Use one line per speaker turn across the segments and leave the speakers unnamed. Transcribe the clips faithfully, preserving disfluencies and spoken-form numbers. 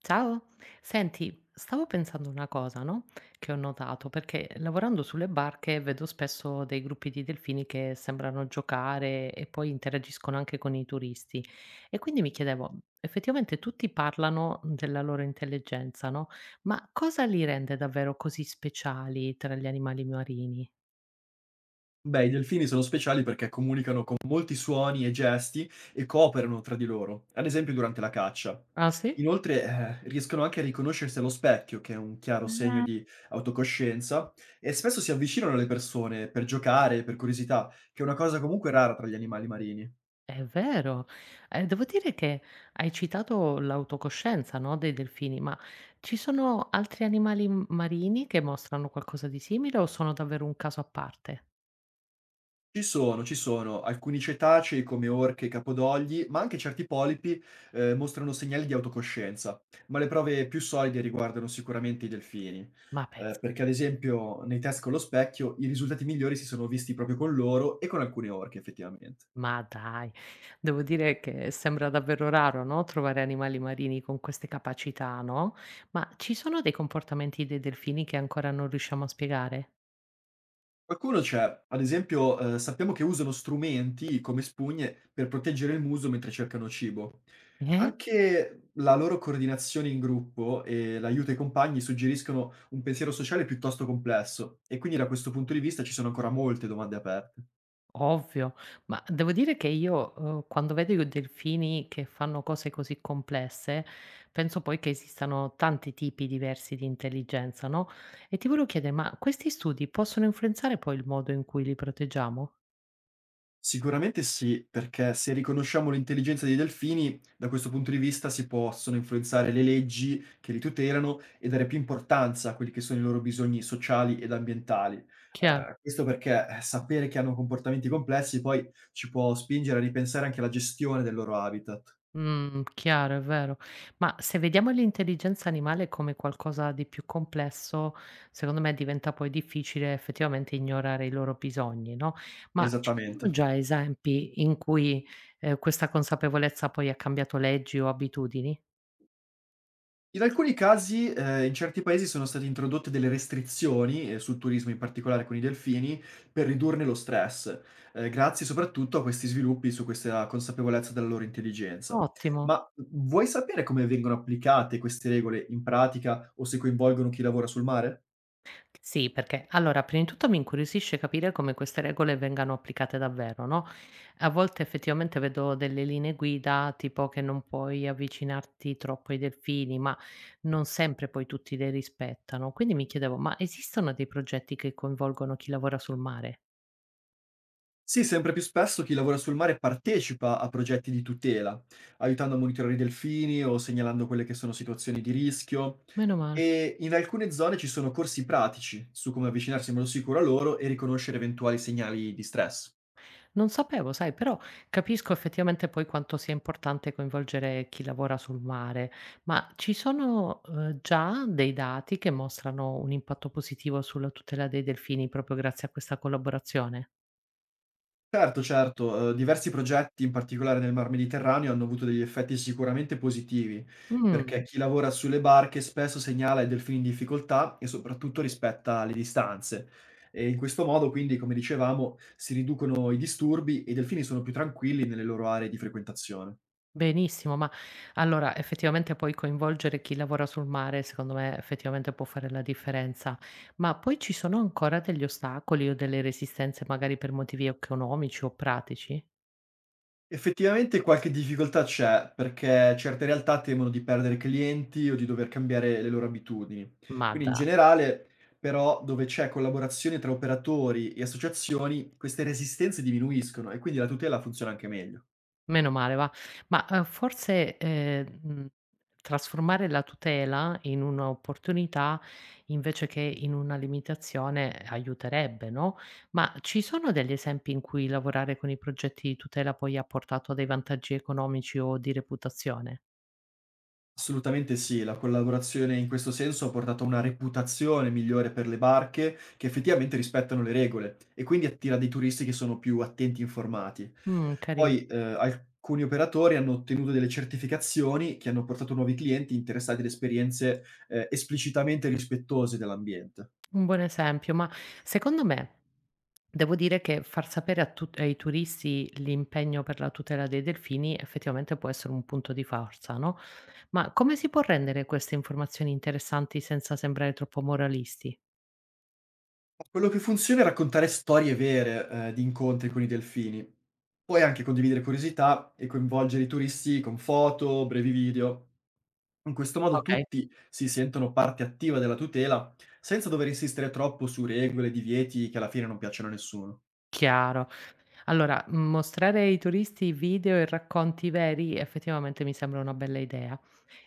Ciao, senti, stavo pensando una cosa, no? Che ho notato, perché lavorando sulle barche vedo spesso dei gruppi di delfini che sembrano giocare e poi interagiscono anche con i turisti. E quindi mi chiedevo, effettivamente tutti parlano della loro intelligenza, no? Ma cosa li rende davvero così speciali tra gli animali marini?
Beh, i delfini sono speciali perché comunicano con molti suoni e gesti e cooperano tra di loro, ad esempio durante la caccia.
Ah sì?
Inoltre, eh, riescono anche a riconoscersi allo specchio, che è un chiaro segno di autocoscienza, e spesso si avvicinano alle persone per giocare, per curiosità, che è una cosa comunque rara tra gli animali marini.
È vero. Ehm, devo dire che hai citato l'autocoscienza, no, dei delfini, ma ci sono altri animali m marini che mostrano qualcosa di simile o sono davvero un caso a parte?
Ci sono, ci sono. Alcuni cetacei, come orche e capodogli, ma anche certi polipi, ehm, mostrano segnali di autocoscienza, ma le prove più solide riguardano sicuramente i delfini,
Ma
ehm,
pensa,
perché ad esempio nei test con lo specchio i risultati migliori si sono visti proprio con loro e con alcune orche effettivamente.
ma dai, devo dire che sembra davvero raro, no, trovare animali marini con queste capacità, no, ma ci sono dei comportamenti dei delfini che ancora non riusciamo a spiegare?
Qualcuno c'è, ad esempio, ehm, sappiamo che usano strumenti come spugne per proteggere il muso mentre cercano cibo.
Eh?
Anche la loro coordinazione in gruppo e l'aiuto ai compagni suggeriscono un pensiero sociale piuttosto complesso, e quindi da questo punto di vista ci sono ancora molte domande aperte.
Ovvio, ma devo dire che io, uhm, quando vedo i delfini che fanno cose così complesse, penso poi che esistano tanti tipi diversi di intelligenza, no, e ti volevo chiedere: ma questi studi possono influenzare poi il modo in cui li proteggiamo?
Sicuramente sì, perché se riconosciamo l'intelligenza dei delfini, da questo punto di vista si possono influenzare le leggi che li tutelano e dare più importanza a quelli che sono i loro bisogni sociali ed ambientali.
Chiaro.
Eh, questo perché eh, sapere che hanno comportamenti complessi poi ci può spingere a ripensare anche alla gestione del loro habitat.
Mh, chiaro, è vero. Ma se vediamo l'intelligenza animale come qualcosa di più complesso, secondo me diventa poi difficile effettivamente ignorare i loro bisogni, no, ma ci sono
Esattamente.
già esempi in cui, ehm, questa consapevolezza poi ha cambiato leggi o abitudini?
In alcuni casi, ehm, in certi paesi sono state introdotte delle restrizioni, ehm, sul turismo, in particolare con i delfini, per ridurne lo stress, ehm, grazie soprattutto a questi sviluppi su questa consapevolezza della loro intelligenza.
Ottimo.
Ma, mhmm, vuoi sapere come vengono applicate queste regole in pratica o se coinvolgono chi lavora sul mare?
Sì, perché allora, prima di tutto mi incuriosisce capire come queste regole vengano applicate davvero, no? A volte effettivamente vedo delle linee guida, tipo che non puoi avvicinarti troppo ai delfini, ma non sempre poi tutti le rispettano. Quindi mi chiedevo, ma esistono dei progetti che coinvolgono chi lavora sul mare?
Sì, sempre più spesso chi lavora sul mare partecipa a progetti di tutela, aiutando a monitorare i delfini o segnalando quelle che sono situazioni di rischio.
Meno male.
E in alcune zone ci sono corsi pratici su come avvicinarsi in modo sicuro a loro e riconoscere eventuali segnali di stress.
Non sapevo, sai, però capisco effettivamente poi quanto sia importante coinvolgere chi lavora sul mare, ma ci sono, uhm, già dei dati che mostrano un impatto positivo sulla tutela dei delfini proprio grazie a questa collaborazione?
Certo, certo, ehm, diversi progetti, in particolare nel Mar Mediterraneo, hanno avuto degli effetti sicuramente positivi, perché
Mh,
chi lavora sulle barche spesso segnala i delfini in difficoltà e soprattutto rispetta le distanze. E in questo modo, quindi, come dicevamo, si riducono i disturbi e i delfini sono più tranquilli nelle loro aree di frequentazione.
benissimo, ma allora effettivamente poi coinvolgere chi lavora sul mare secondo me effettivamente può fare la differenza, ma poi ci sono ancora degli ostacoli o delle resistenze magari per motivi economici o pratici?
Effettivamente qualche difficoltà c'è, perché certe realtà temono di perdere clienti o di dover cambiare le loro abitudini.
Ma
Quindi in
dai.
generale, però, dove c'è collaborazione tra operatori e associazioni, queste resistenze diminuiscono e quindi la tutela funziona anche meglio.
Meno male va. Ma, uhm, forse, ehm, mhmm, trasformare la tutela in un'opportunità invece che in una limitazione eh, aiuterebbe, no, ma ci sono degli esempi in cui lavorare con i progetti di tutela poi ha portato a dei vantaggi economici o di reputazione?
Assolutamente sì, la collaborazione in questo senso ha portato a una reputazione migliore per le barche che effettivamente rispettano le regole, e quindi attira dei turisti che sono più attenti e informati.
Mh, cari.
Poi eh, alcuni operatori hanno ottenuto delle certificazioni che hanno portato nuovi clienti interessati ad esperienze eh, esplicitamente rispettose dell'ambiente.
Un buon esempio, ma secondo me devo dire che far sapere a tut ai turisti l'impegno per la tutela dei delfini effettivamente può essere un punto di forza, no, ma come si può rendere queste informazioni interessanti senza sembrare troppo moralisti?
Quello che funziona è raccontare storie vere eh, di incontri con i delfini, poi anche condividere curiosità e coinvolgere i turisti con foto, brevi video. In questo modo
Okay,
tutti si sentono parte attiva della tutela, senza dover insistere troppo su regole e divieti che alla fine non piacciono a nessuno.
chiaro. Allora, mostrare ai turisti video e racconti veri effettivamente mi sembra una bella idea.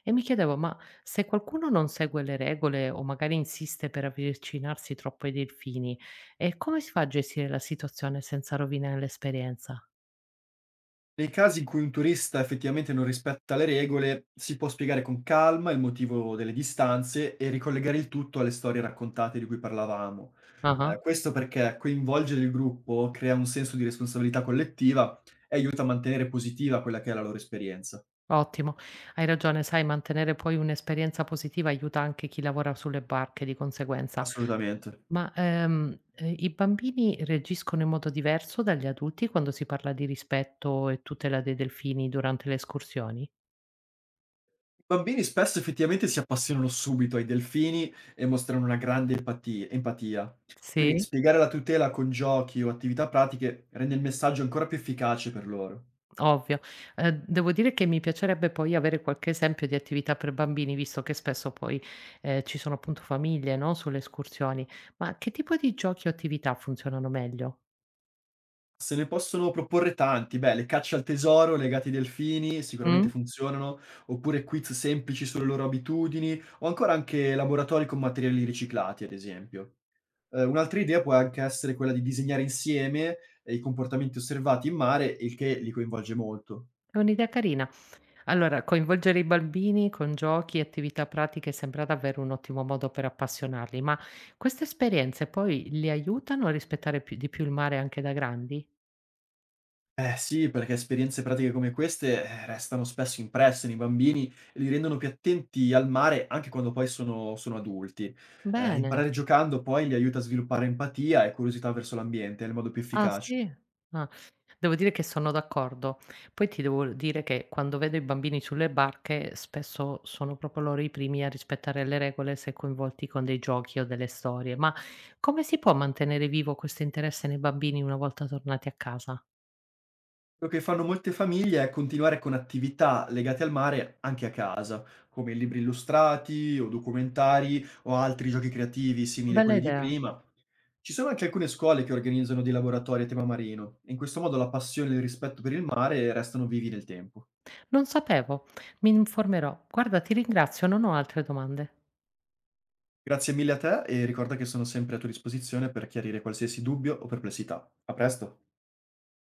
E mi chiedevo, ma se qualcuno non segue le regole o magari insiste per avvicinarsi troppo ai delfini, eh, come si fa a gestire la situazione senza rovinare l'esperienza?
Nei casi in cui un turista effettivamente non rispetta le regole, si può spiegare con calma il motivo delle distanze e ricollegare il tutto alle storie raccontate di cui parlavamo. Eh,
Ah,
questo perché coinvolgere il gruppo crea un senso di responsabilità collettiva e aiuta a mantenere positiva quella che è la loro esperienza.
ottimo, hai ragione, sai, mantenere poi un'esperienza positiva aiuta anche chi lavora sulle barche di conseguenza.
Assolutamente.
Ma ehm, eh, i bambini reagiscono in modo diverso dagli adulti quando si parla di rispetto e tutela dei delfini durante le escursioni?
I bambini spesso effettivamente si appassionano subito ai delfini e mostrano una grande empati- empatia. Quindi
Sì?
spiegare la tutela con giochi o attività pratiche rende il messaggio ancora più efficace per loro.
Ovvio. Ehm, devo dire che mi piacerebbe poi avere qualche esempio di attività per bambini, visto che spesso poi, ehm, ci sono appunto famiglie, no, sulle escursioni. Ma che tipo di giochi o attività funzionano meglio?
Se ne possono proporre tanti. Beh, le cacce al tesoro legate ai delfini sicuramente
Mh?
funzionano, oppure quiz semplici sulle loro abitudini, o ancora anche laboratori con materiali riciclati, ad esempio. Eh, un'altra idea può anche essere quella di disegnare insieme eh, i comportamenti osservati in mare, il che li coinvolge molto.
È un'idea carina. Allora, coinvolgere i bambini con giochi e attività pratiche sembra davvero un ottimo modo per appassionarli, ma queste esperienze poi li aiutano a rispettare più di più il mare anche da grandi?
Eh sì, perché esperienze pratiche come queste, eh, restano spesso impresse nei bambini e li rendono più attenti al mare anche quando poi sono, sono adulti. Eh,
Bene.
imparare giocando poi li aiuta a sviluppare empatia e curiosità verso l'ambiente, è il modo più
Ah
efficace.
sì? Ah, devo dire che sono d'accordo. Poi ti devo dire che quando vedo i bambini sulle barche spesso sono proprio loro i primi a rispettare le regole se coinvolti con dei giochi o delle storie. Ma come si può mantenere vivo questo interesse nei bambini una volta tornati a casa?
Quello che fanno molte famiglie è continuare con attività legate al mare anche a casa, come libri illustrati o documentari o altri giochi creativi simili a
Bella
quelli di
idea.
prima. Ci sono anche alcune scuole che organizzano dei laboratori a tema marino, e in questo modo la passione e il rispetto per il mare restano vivi nel tempo.
Non sapevo, mi informerò. Guarda, ti ringrazio, non ho altre domande.
Grazie mille a te, e ricorda che sono sempre a tua disposizione per chiarire qualsiasi dubbio o perplessità. A presto!